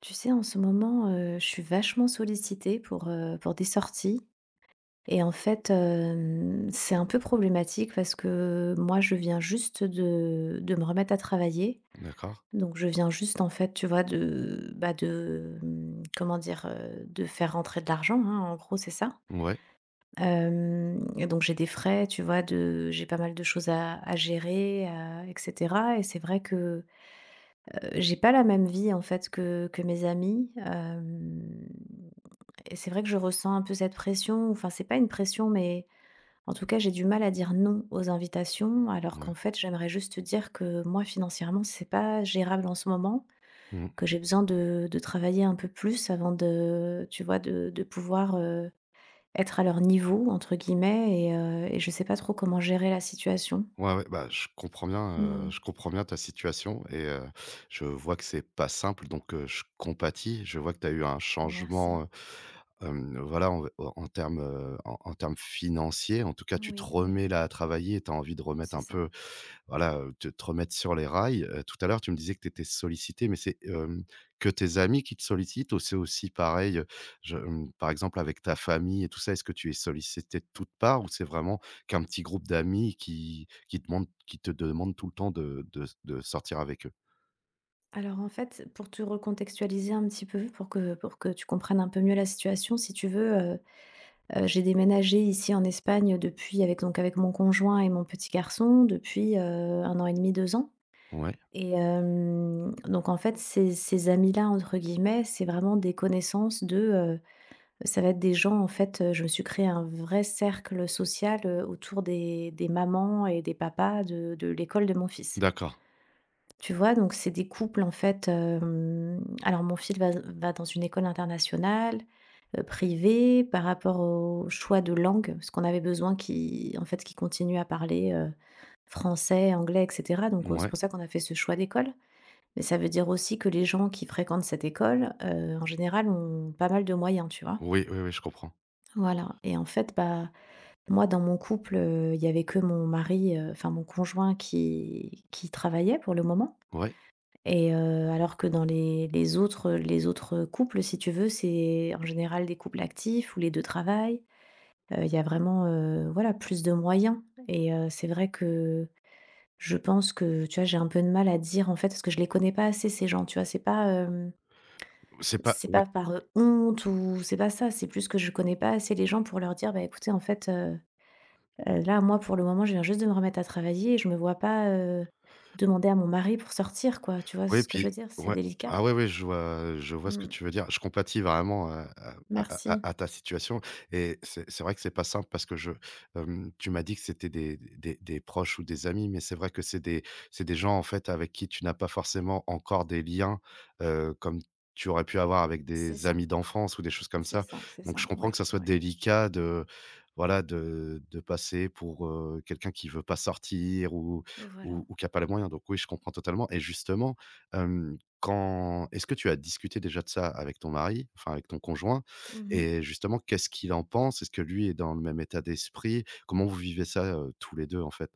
Tu sais, en ce moment, je suis vachement sollicitée pour des sorties et en fait, c'est un peu problématique parce que moi, je viens juste de me remettre à travailler. D'accord. Donc je viens juste, en fait, tu vois, de, bah, de, comment dire? De faire rentrer de l'argent, hein, en gros, c'est ça. Ouais, Hem et donc j'ai des frais, tu vois, de j'ai pas mal de choses à gérer, à et cetera, et c'est vrai que, j'ai pas la même vie, en fait, que mes amis, hem et c'est vrai que je ressens un peu cette pression, enfin c'est pas une pression, mais en tout cas j'ai du mal à dire non aux invitations, alors ouais. qu'en fait j'aimerais juste te dire que moi financièrement c'est pas gérable en ce moment, Mmh. que j'ai besoin de travailler un peu plus avant de, tu vois, de pouvoir être à leur niveau, entre guillemets, et je sais pas trop comment gérer la situation. Ouais, ouais, bah, Hmm. je comprends bien ta situation et je vois que c'est pas simple donc je compatis. Je vois que tu as eu un Merci. changement, voilà, en termes, en termes financiers. En tout cas, tu te Oui, oui, remets là à travailler et tu as envie de remettre c'est un ça. peu voilà, te remettre sur les rails. Tout à l'heure, tu me disais que tu étais sollicité, mais c'est que tes amis qui te sollicitent ou c'est aussi pareil, par exemple avec ta famille et tout ça? Est-ce que tu es sollicité de toutes parts ou c'est vraiment qu'un petit groupe d'amis qui demande qui te demande tout le temps de de sortir avec eux? Alors en fait, pour te recontextualiser un petit peu, pour que tu comprennes un peu mieux la situation, si tu veux, j'ai déménagé ici en Espagne depuis avec donc avec mon conjoint et mon petit garçon depuis, 1 an et demi, 2 ans Ouais, et donc en fait ces «amis-là» entre guillemets, c'est vraiment des connaissances de, ça va être des gens en fait, je me suis créé un vrai cercle social, autour des mamans et des papas de l'école de mon fils. d'accord. Tu vois? Donc c'est des couples en fait, alors mon fils va dans une école internationale, privée par rapport au choix de langue, parce qu'on avait besoin qu'il en fait, qu'il continue à parler, français, anglais et cetera. Donc on c'est Ouais. pour ça qu'on a fait ce choix d'école. Mais ça veut dire aussi que les gens qui fréquentent cette école, en général ont pas mal de moyens, tu vois? Oui, oui, oui, je comprends. Voilà et en fait, bah, moi dans mon couple, il y avait que mon mari, enfin mon conjoint qui travaillait pour le moment Ouais, et alors que dans les autres, les autres, couples, si tu veux, c'est en général des couples actifs où les 2 travaillent. Il y a vraiment, voilà, plus de moyens et c'est vrai que je pense que, tu vois, j'ai un peu de mal à dire, en fait, parce que je les connais pas assez ces gens, tu vois? C'est pas, c'est pas c'est ouais. pas par, honte ou c'est pas ça, c'est plus que je connais pas assez les gens pour leur dire: «Bah, écoutez, en fait, là, moi, pour le moment, je viens juste de me remettre à travailler et je me vois pas, demander à mon mari pour sortir», quoi. Tu vois Oui, ce que je veux puis dire? C'est ouais. délicat. Ah ouais, ouais, je vois ce que Mmh. tu veux dire. Je compatis vraiment à à à Merci. à à ta situation et c'est vrai que c'est pas simple parce que tu m'as dit que c'était des proches ou des amis, mais c'est vrai que c'est des gens, en fait, avec qui tu n'as pas forcément encore des liens, comme tu aurais pu avoir avec C'est des ça, amis d'enfance ou des choses comme c'est ça. ça, c'est Donc ça. je comprends que Ouais, ça soit ouais. délicat de, voilà, de passer pour, quelqu'un qui veut pas sortir ou Voilà. ou qui a pas les moyens. Donc oui, je comprends totalement et justement quand est-ce que tu as discuté déjà de ça avec ton mari, enfin avec ton conjoint? Mmh. Et justement, qu'est-ce qu'il en pense? Est-ce que lui est dans le même état d'esprit? Comment vous vivez ça, tous les deux en fait?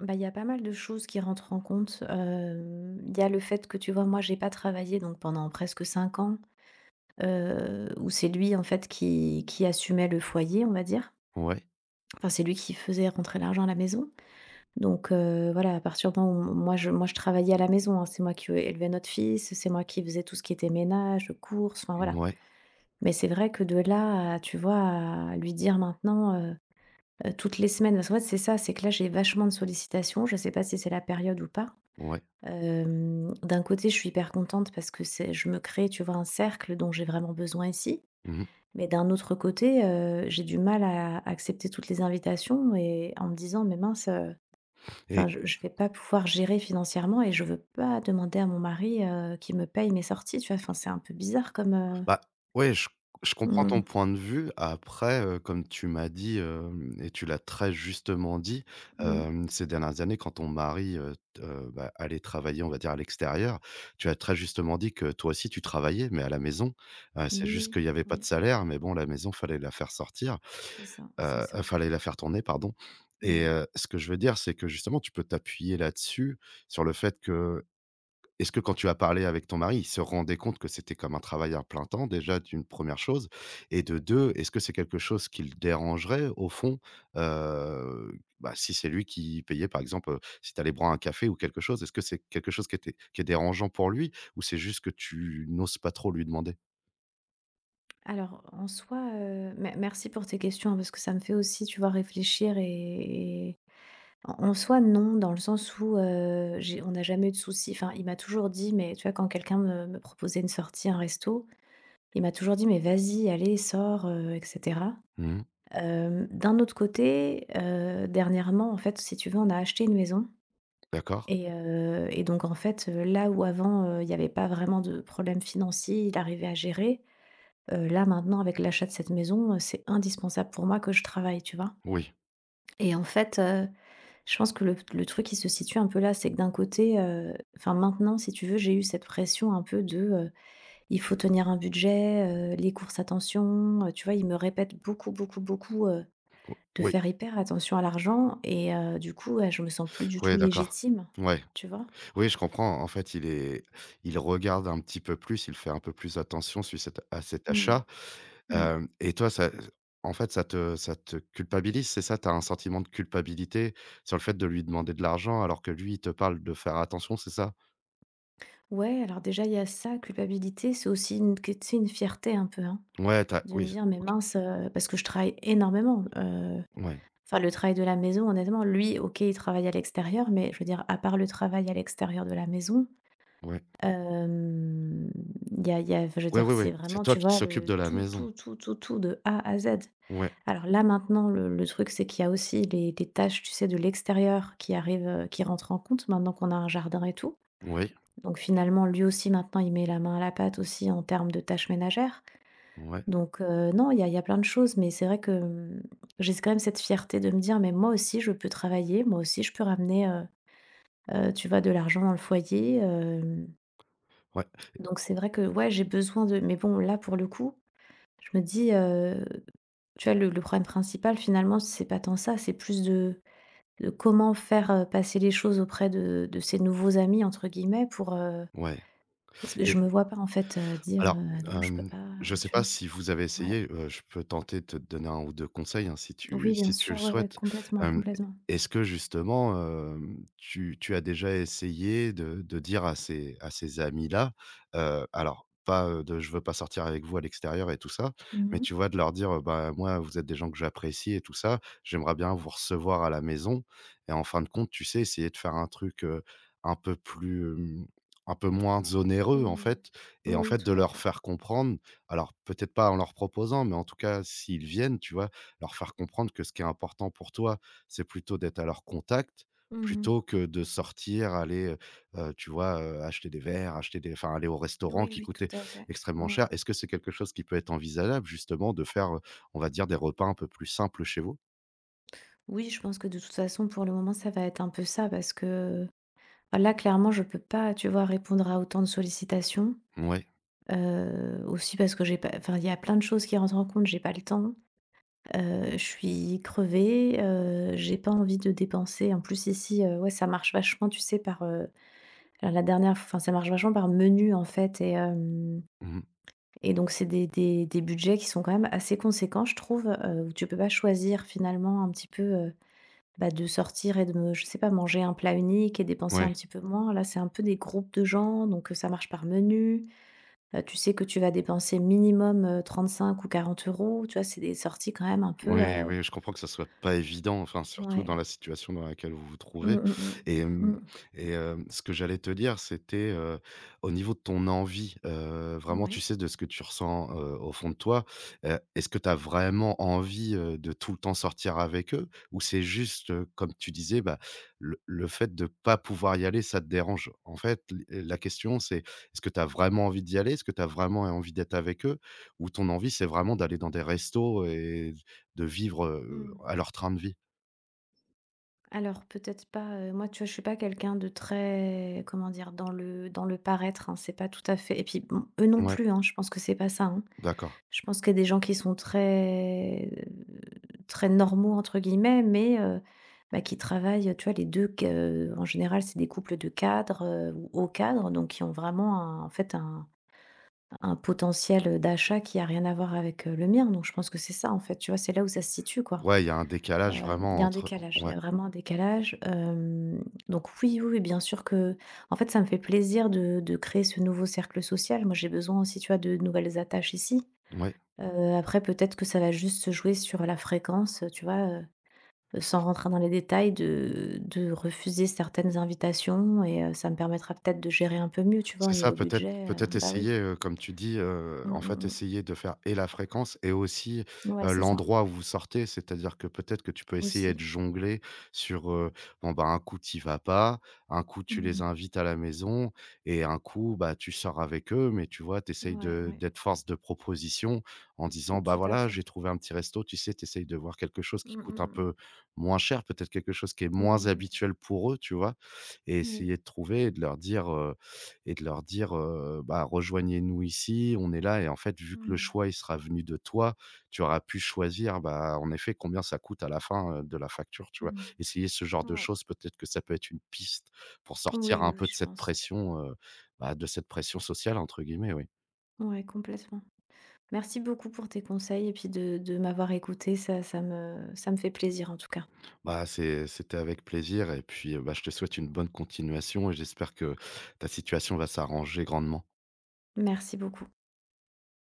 Bah, il y a pas mal de choses qui rentrent en compte. Il y a le fait que, tu vois, moi, j'ai pas travaillé donc pendant presque 5 ans, où c'est lui, en fait, qui assumait le foyer, on va dire. Ouais, Enfin, c'est lui qui faisait rentrer l'argent à la maison. Donc, voilà, à partir du moment où moi je travaillais à la maison, hein, c'est moi qui ouais, élevais notre fils, c'est moi qui faisais tout ce qui était ménage, courses, enfin, voilà. mouais, Mais c'est vrai que de là à, tu vois, à lui dire maintenant, toutes les semaines, parce qu'en fait, c'est ça, c'est que là, j'ai vachement de sollicitations. Je ne sais pas si c'est la période ou pas. ouais. D'un côté, je suis hyper contente parce que c'est je me crée, tu vois, un cercle dont j'ai vraiment besoin ici. Mmh mh. Mais d'un autre côté, j'ai du mal à accepter toutes les invitations et en me disant: «Mais mince, enfin, Et je vais pas pouvoir gérer financièrement et je veux pas demander à mon mari, qu'il me paye mes sorties», tu vois? Enfin, c'est un peu bizarre comme, heu. bah, ouais, je comprends Mmh, ton point de vue. Après, comme tu m'as dit, et tu l'as très justement dit, mmh. Ces dernières années, quand ton mari, t bah, allait travailler, on va dire, à l'extérieur, tu as très justement dit que toi aussi tu travaillais, mais à la maison. C'est Oui, juste qu'il oui, n'y avait pas de oui, salaire, mais bon, la maison, fallait la faire sortir, c'est ça, c'est ça. Fallait la faire tourner, pardon. Et Ouais. heu, ce que je veux dire, c'est que justement, tu peux t'appuyer là-dessus, sur le fait que est-ce que quand tu as parlé avec ton mari, il se rendait compte que c'était comme un travail à plein temps déjà d'une première chose? Et de 2, est-ce que c'est quelque chose qui le dérangerait au fond, bah, si c'est lui qui payait par exemple, si tu allais boire un café ou quelque chose? Est-ce que c'est quelque chose qui était qui est dérangeant pour lui ou c'est juste que tu n'oses pas trop lui demander? Alors, en soi, me merci pour tes questions, hein, parce que ça me fait aussi, tu vois, réfléchir et en en soi, non, dans le sens où, j'ai on n'a jamais eu de soucis. Enfin, il m'a toujours dit, mais tu vois, quand quelqu'un me proposait une sortie, un resto, il m'a toujours dit: «Mais vas-y, allez, sors, et cetera. Mmh. D'un autre côté, dernièrement, en fait, si tu veux, on a acheté une maison D'accord. Et donc en fait, là où avant, il n'y avait pas vraiment de problème financier, il arrivait à gérer, là maintenant avec l'achat de cette maison, c'est indispensable pour moi que je travaille, tu vois? Oui. Et en fait, je pense que le truc qui se situe un peu là, c'est que d'un côté, enfin maintenant si tu veux, j'ai eu cette pression un peu de, il faut tenir un budget, les courses attention, tu vois? Ils me répètent beaucoup, beaucoup, beaucoup, O de oui. faire hyper attention à l'argent et du coup, ouais, je me sens plus du tout Oui, d'accord. légitime, Ouais. tu vois? Oui, je comprends. En fait, il est il regarde un petit peu plus, il fait un peu plus attention sur cet à cet Mmh mh. achat. Mmh. Hem Et toi, ça en fait, ça te culpabilise, c'est ça? Tu as un sentiment de culpabilité sur le fait de lui demander de l'argent alors que lui, il te parle de faire attention, c'est ça? Ouais, alors déjà il y a ça, culpabilité, c'est aussi une que tu sais, une fierté un peu, hein. Ouais, t'as De me oui, dire: «Mais OK. mince», parce que je travaille énormément, Ouais, enfin le travail de la maison honnêtement, lui OK, il travaille à l'extérieur, mais je veux dire à part le travail à l'extérieur de la maison, ouais. hem, il y a enfin je veux Ouais, dire ouais, c'est oui. C'est vraiment toi tu qui vois s'occupe le de la tout, maison. tout, tout, tout, tout de A à Z. Ouais. Alors là maintenant le truc c'est qu'il y a aussi les tâches tu sais de l'extérieur qui arrivent, qui rentrent en compte maintenant qu'on a un jardin et tout. Ouais, Donc finalement lui aussi maintenant il met la main à la pâte aussi en termes de tâches ménagères. ouais. Donc non, il y a plein de choses, mais c'est vrai que, j'ai quand même cette fierté de me dire: «Mais moi aussi je peux travailler, moi aussi je peux ramener, tu vois, de l'argent dans le foyer», Ouais. donc c'est vrai que, ouais, j'ai besoin de mais bon, là, pour le coup, je me dis, tu vois, le problème principal, finalement, c'est pas tant ça, c'est plus de comment faire, passer les choses auprès de «ces nouveaux amis» entre guillemets pour, heu, Ouais. parce que je me vois pas, en fait, dire, Alors, «Non, je peux pas», je ne sais tu pas vois? si vous avez Ouais. essayé, je peux tenter de te donner un ou 2 conseils, hein, si tu Oui, bien si tu le sûr, ouais, ouais, souhaites. complètement, Hem, complètement. Est-ce que justement, tu as déjà essayé de dire à ces amis-là, alors pas, de: «Je veux pas sortir avec vous à l'extérieur» et tout ça, mais Mmh tu vois, de leur dire, «Bah, moi, vous êtes des gens que j'apprécie et tout ça, j'aimerais bien vous recevoir à la maison» et en fin de compte, tu sais, essayer de faire un truc, un peu plus, un peu moins mh. onéreux, en Mmh. fait, et en Oui, fait, tout de à leur fait. faire comprendre, alors peut-être pas en leur proposant, mais en tout cas, s'ils viennent, tu vois? Leur faire comprendre que ce qui est important pour toi, c'est plutôt d'être à leur contact, Mmh. plutôt que de sortir, tu vois, acheter des verres, acheter des enfin, aller au restaurant Oui, qui oui, tout coûtait à fait. extrêmement Ouais. cher. Est-ce que c'est quelque chose qui peut être envisageable justement de faire, on va dire des repas un peu plus simples chez vous? Oui, je pense que de toute façon, pour le moment, ça va être un peu ça parce que, bah, là, clairement, je peux pas, tu vois, répondre à autant de sollicitations, Ouais. Aussi parce que j'ai pas enfin, il y a plein de choses qui rentrent en compte, j'ai pas le temps, je suis crevée, j'ai pas envie de dépenser. En plus ici, ouais, ça marche vachement, tu sais, par, la dernière enfin, ça marche vachement par menu, en fait et hem. Mmh. Et donc c'est des budgets qui sont quand même assez conséquents, je trouve, où tu peux pas choisir finalement un petit peu, bah, de sortir et de me je sais pas, manger un plat unique et dépenser un Ouais. petit peu moins. Là, c'est un peu des groupes de gens, donc ça marche par menu. Tu sais que tu vas dépenser minimum, 35 ou 40 euros. Tu vois, c'est des sorties quand même un peu, Oui, heu. oui, je comprends que ça soit pas évident, enfin, surtout Ouais. dans la situation dans laquelle vous vous trouvez Mmh, mmh et hem mh. et ce que j'allais te dire, c'était au niveau de ton envie, Mmh. vraiment, tu Ouais. sais, de ce que tu ressens, au fond de toi, est-ce que tu as vraiment envie, de tout le temps sortir avec eux? Ou c'est juste, comme tu disais, bah, le fait de pas pouvoir y aller, ça te dérange? En fait, l la question, c'est est-ce que tu as vraiment envie d'y aller? Est-ce que tu as vraiment envie d'être avec eux? Ou ton envie, c'est vraiment d'aller dans des restos et de vivre, Mmh. à leur train de vie. Alors peut-être pas, moi, tu vois, je suis pas quelqu'un de très, comment dire? Dans le paraître, hein, c'est pas tout à fait et puis, bon, eux non Ouais, plus, hein, je pense que c'est pas ça, hein. d'accord. Je pense qu'il y a des gens qui sont très, très «normaux» entre guillemets, mais bah, qui travaillent, tu vois, les 2. Q en général, c'est des couples de cadres, ou hauts cadres, donc qui ont vraiment un en fait, un potentiel, d'achat qui a rien à voir avec, le mien, donc je pense que c'est ça, en fait, tu vois? C'est là où ça se situe, quoi. Ouais, il y a un décalage Il y vraiment a un entre décalage, il y a ouais, vraiment un décalage, hem, donc oui, oui, oui, bien sûr que en fait, ça me fait plaisir de créer ce nouveau cercle social. Moi, j'ai besoin aussi, tu vois, de nouvelles attaches ici. ouais. Après peut-être que ça va juste se jouer sur la fréquence, tu vois, sans rentrer dans les détails, de refuser certaines invitations et ça me permettra peut-être de gérer un peu mieux, tu vois, au C'est ça, niveau peut-être budget, peut-être bah oui. essayer, comme tu dis, Mmh, en fait, mmh, essayer de faire et la fréquence et aussi, mmh. Ouais, c'est ça, l'endroit où vous sortez. C'est-à-dire que peut-être que tu peux essayer de aussi. jongler sur, bon, bah, un coup, tu y vas pas, un coup, tu Mmh. les invites à la maison et un coup, bah, tu sors avec eux, mais tu vois, tu essayes Ouais, de ouais. d'être force de proposition en disant: Écoute, «Bah, tout à voilà, fait. j'ai trouvé un petit resto». Tu sais, tu essayes de voir quelque chose qui Mmh, coûte mmh, un mmh. peu moins cher, peut-être quelque chose qui est moins Oui, oui, oui. habituel pour eux, tu vois? Et Oui. essayer de trouver et de leur dire, et de leur dire, «Bah, rejoignez-nous ici, on est là» et en fait, vu que le Mmh. choix, il sera venu de toi, tu auras pu choisir, bah, en effet, combien ça coûte à la fin, de la facture, tu vois? Mmh. Essayer ce genre de Ouais. choses, peut-être que ça peut être une piste pour Oui, sortir oui, un oui, peu de je cette pense. pression, bah, de cette «pression sociale» entre guillemets, oui. Ouais, complètement. Merci beaucoup pour tes conseils et puis de m'avoir écoutée. Ça ça me fait plaisir en tout cas. Bah, c'était avec plaisir et puis, bah, je te souhaite une bonne continuation et j'espère que ta situation va s'arranger grandement. Merci beaucoup.